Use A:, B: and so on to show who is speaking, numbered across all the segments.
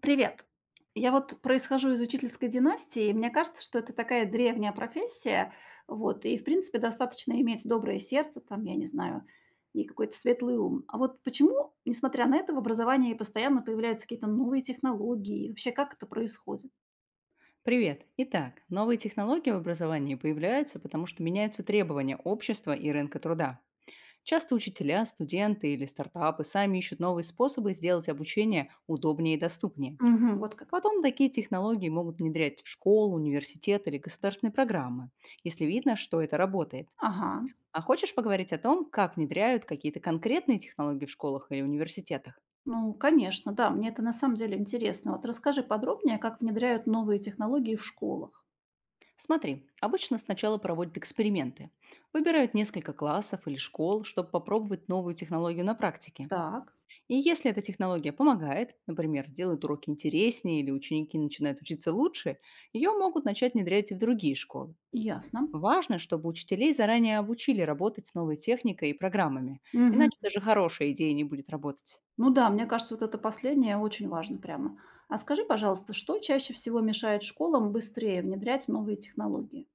A: Привет. Я вот происхожу из учительской династии, и мне кажется, что это такая древняя профессия, вот, и, в принципе, достаточно иметь доброе сердце, там, я не знаю, и какой-то светлый ум. А вот почему, несмотря на это, в образовании постоянно появляются какие-то новые технологии? И вообще, как это происходит?
B: Привет. Итак, новые технологии в образовании появляются, потому что меняются требования общества и рынка труда. Часто учителя, студенты или стартапы сами ищут новые способы сделать обучение удобнее и доступнее.
A: Мгм, вот как.
B: Потом такие технологии могут внедрять в школу, университет или государственные программы, если видно, что это работает.
A: Ага.
B: А хочешь поговорить о том, как внедряют какие-то конкретные технологии в школах или университетах?
A: Ну, конечно, да, мне это на самом деле интересно. Вот расскажи подробнее, как внедряют новые технологии в школах.
B: Смотри, обычно сначала проводят эксперименты. Выбирают несколько классов или школ, чтобы попробовать новую технологию на практике.
A: Так,
B: И если эта технология помогает, например, делает уроки интереснее или ученики начинают учиться лучше, ее могут начать внедрять и в другие школы.
A: ясно.
B: Важно, чтобы учителей заранее обучили работать с новой техникой и программами, иначе даже хорошая идея не будет работать.
A: Ну да, мне кажется, вот это последнее очень важно прямо. А скажи, пожалуйста, что чаще всего мешает школам быстрее внедрять новые технологии?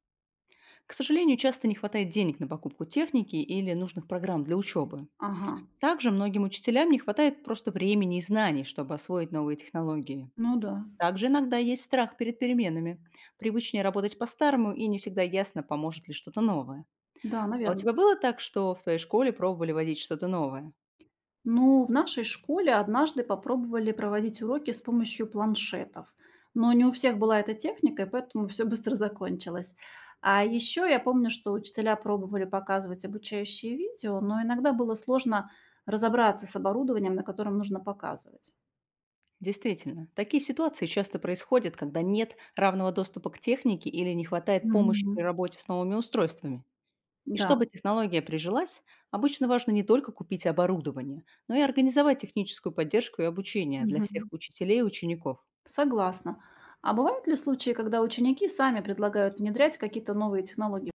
B: К сожалению, часто не хватает денег на покупку техники или нужных программ для учебы.
A: Ага,
B: Также многим учителям не хватает просто времени и знаний, чтобы освоить новые технологии.
A: ну да,
B: Также иногда есть страх перед переменами. Привычнее работать по-старому, и не всегда ясно, поможет ли что-то новое.
A: да,
B: А у
A: наверное.
B: тебя было так, что в твоей школе пробовали вводить что-то новое?
A: Ну, в нашей школе однажды попробовали проводить уроки с помощью планшетов. Но не у всех была эта техника, и поэтому все быстро закончилось. А еще я помню, что учителя пробовали показывать обучающие видео, но иногда было сложно разобраться с оборудованием, на котором нужно показывать.
B: Действительно, такие ситуации часто происходят, когда нет равного доступа к технике или не хватает помощи при
A: Мгм.
B: работе с новыми устройствами. И чтобы
A: Да.
B: технология прижилась, обычно важно не только купить оборудование, но и организовать техническую поддержку и обучение для всех
A: Мгм.
B: учителей и учеников.
A: Согласна. А бывают ли случаи, когда ученики сами предлагают внедрять какие-то новые технологии?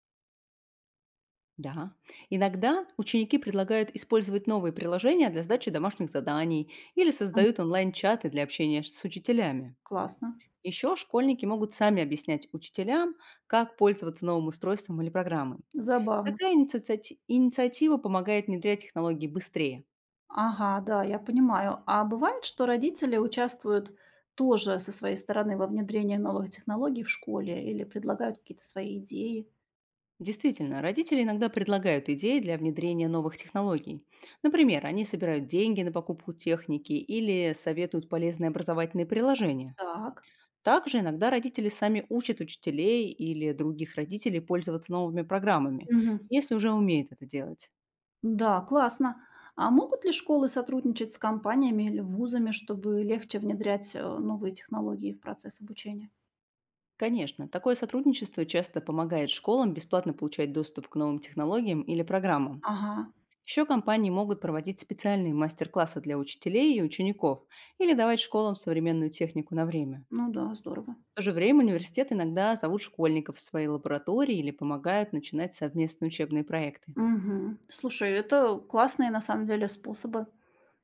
B: Да. Иногда ученики предлагают использовать новые приложения для сдачи домашних заданий или
A: М,
B: создают онлайн-чаты для общения с учителями.
A: классно,
B: Еще школьники могут сами объяснять учителям, как пользоваться новым устройством или программой.
A: забавно.
B: Такая инициатива помогает внедрять технологии быстрее.
A: Ага, да, я понимаю. А бывает, что родители участвуют тоже со своей стороны во внедрении новых технологий в школе или предлагают какие-то свои идеи?
B: Действительно, родители иногда предлагают идеи для внедрения новых технологий. Например, они собирают деньги на покупку техники или советуют полезные образовательные приложения.
A: Так.
B: Также иногда родители сами учат учителей или других родителей пользоваться новыми программами,
A: Мгм.
B: если уже умеют это делать.
A: Да, классно. А могут ли школы сотрудничать с компаниями или вузами, чтобы легче внедрять новые технологии в процесс обучения?
B: Конечно, такое сотрудничество часто помогает школам бесплатно получать доступ к новым технологиям или программам.
A: Ага,
B: Еще компании могут проводить специальные мастер-классы для учителей и учеников или давать школам современную технику на время.
A: ну да, здорово.
B: В то же время университет иногда зовут школьников в свои лаборатории или помогают начинать совместные учебные проекты.
A: Мгм. Слушай, это классные на самом деле способы,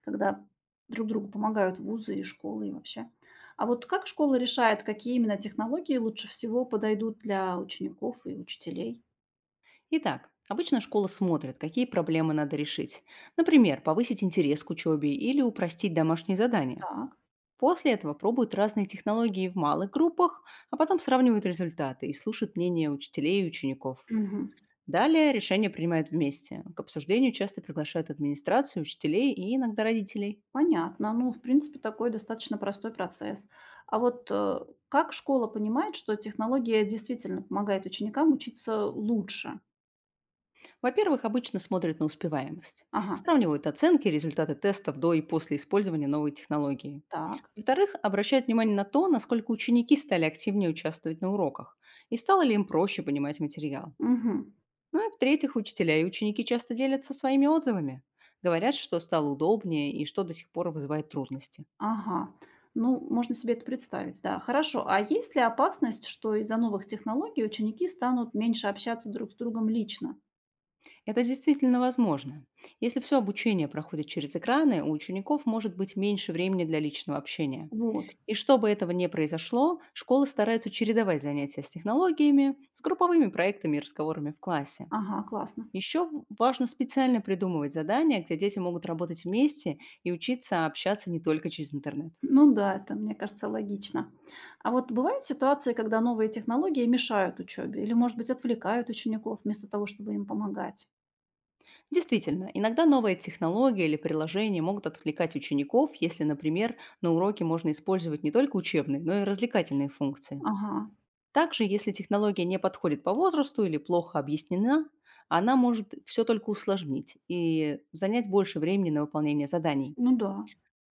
A: когда друг другу помогают вузы и школы и вообще. А вот как школа решает, какие именно технологии лучше всего подойдут для учеников и учителей?
B: Итак, обычно школа смотрит, какие проблемы надо решить. Например, повысить интерес к учебе или упростить домашние задания.
A: Так.
B: После этого пробуют разные технологии в малых группах, а потом сравнивают результаты и слушают мнение учителей и учеников.
A: Мгм.
B: Далее решение принимают вместе. К обсуждению часто приглашают администрацию, учителей и иногда родителей.
A: Понятно. Ну, в принципе, такой достаточно простой процесс. А вот э, как школа понимает, что технология действительно помогает ученикам учиться лучше?
B: Во-первых, обычно смотрят на успеваемость.
A: Ага,
B: Сравнивают оценки и результаты тестов до и после использования новой технологии.
A: так.
B: Во-вторых, обращают внимание на то, насколько ученики стали активнее участвовать на уроках и стало ли им проще понимать материал.
A: Мгм.
B: Ну и в-третьих, учителя и ученики часто делятся своими отзывами. Говорят, что стало удобнее и что до сих пор вызывает трудности.
A: Ага. Ну, можно себе это представить, да. Хорошо. А есть ли опасность, что из-за новых технологий ученики станут меньше общаться друг с другом лично?
B: Это действительно возможно. Если все обучение проходит через экраны, у учеников может быть меньше времени для личного общения.
A: Вот.
B: И чтобы этого не произошло, школы стараются чередовать занятия с технологиями с групповыми проектами и разговорами в классе.
A: Ага, классно.
B: Еще важно специально придумывать задания, где дети могут работать вместе и учиться общаться не только через интернет.
A: Ну да, это, мне кажется, логично. А вот бывают ситуации, когда новые технологии мешают учебе или, может быть, отвлекают учеников вместо того, чтобы им помогать?
B: Действительно, иногда новые технологии или приложения могут отвлекать учеников, если, например, на уроке можно использовать не только учебные, но и развлекательные функции.
A: Ага.
B: Также, если технология не подходит по возрасту или плохо объяснена, она может все только усложнить и занять больше времени на выполнение заданий.
A: Ну да.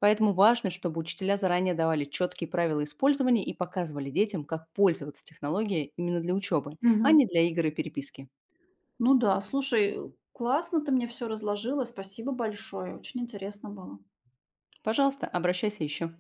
B: Поэтому важно, чтобы учителя заранее давали четкие правила использования и показывали детям, как пользоваться технологией именно для учебы, а
A: Мгм.
B: не для игр и переписки.
A: Ну да. Слушай, классно ты мне все разложила. Спасибо большое. Очень интересно было.
B: Пожалуйста, обращайся еще.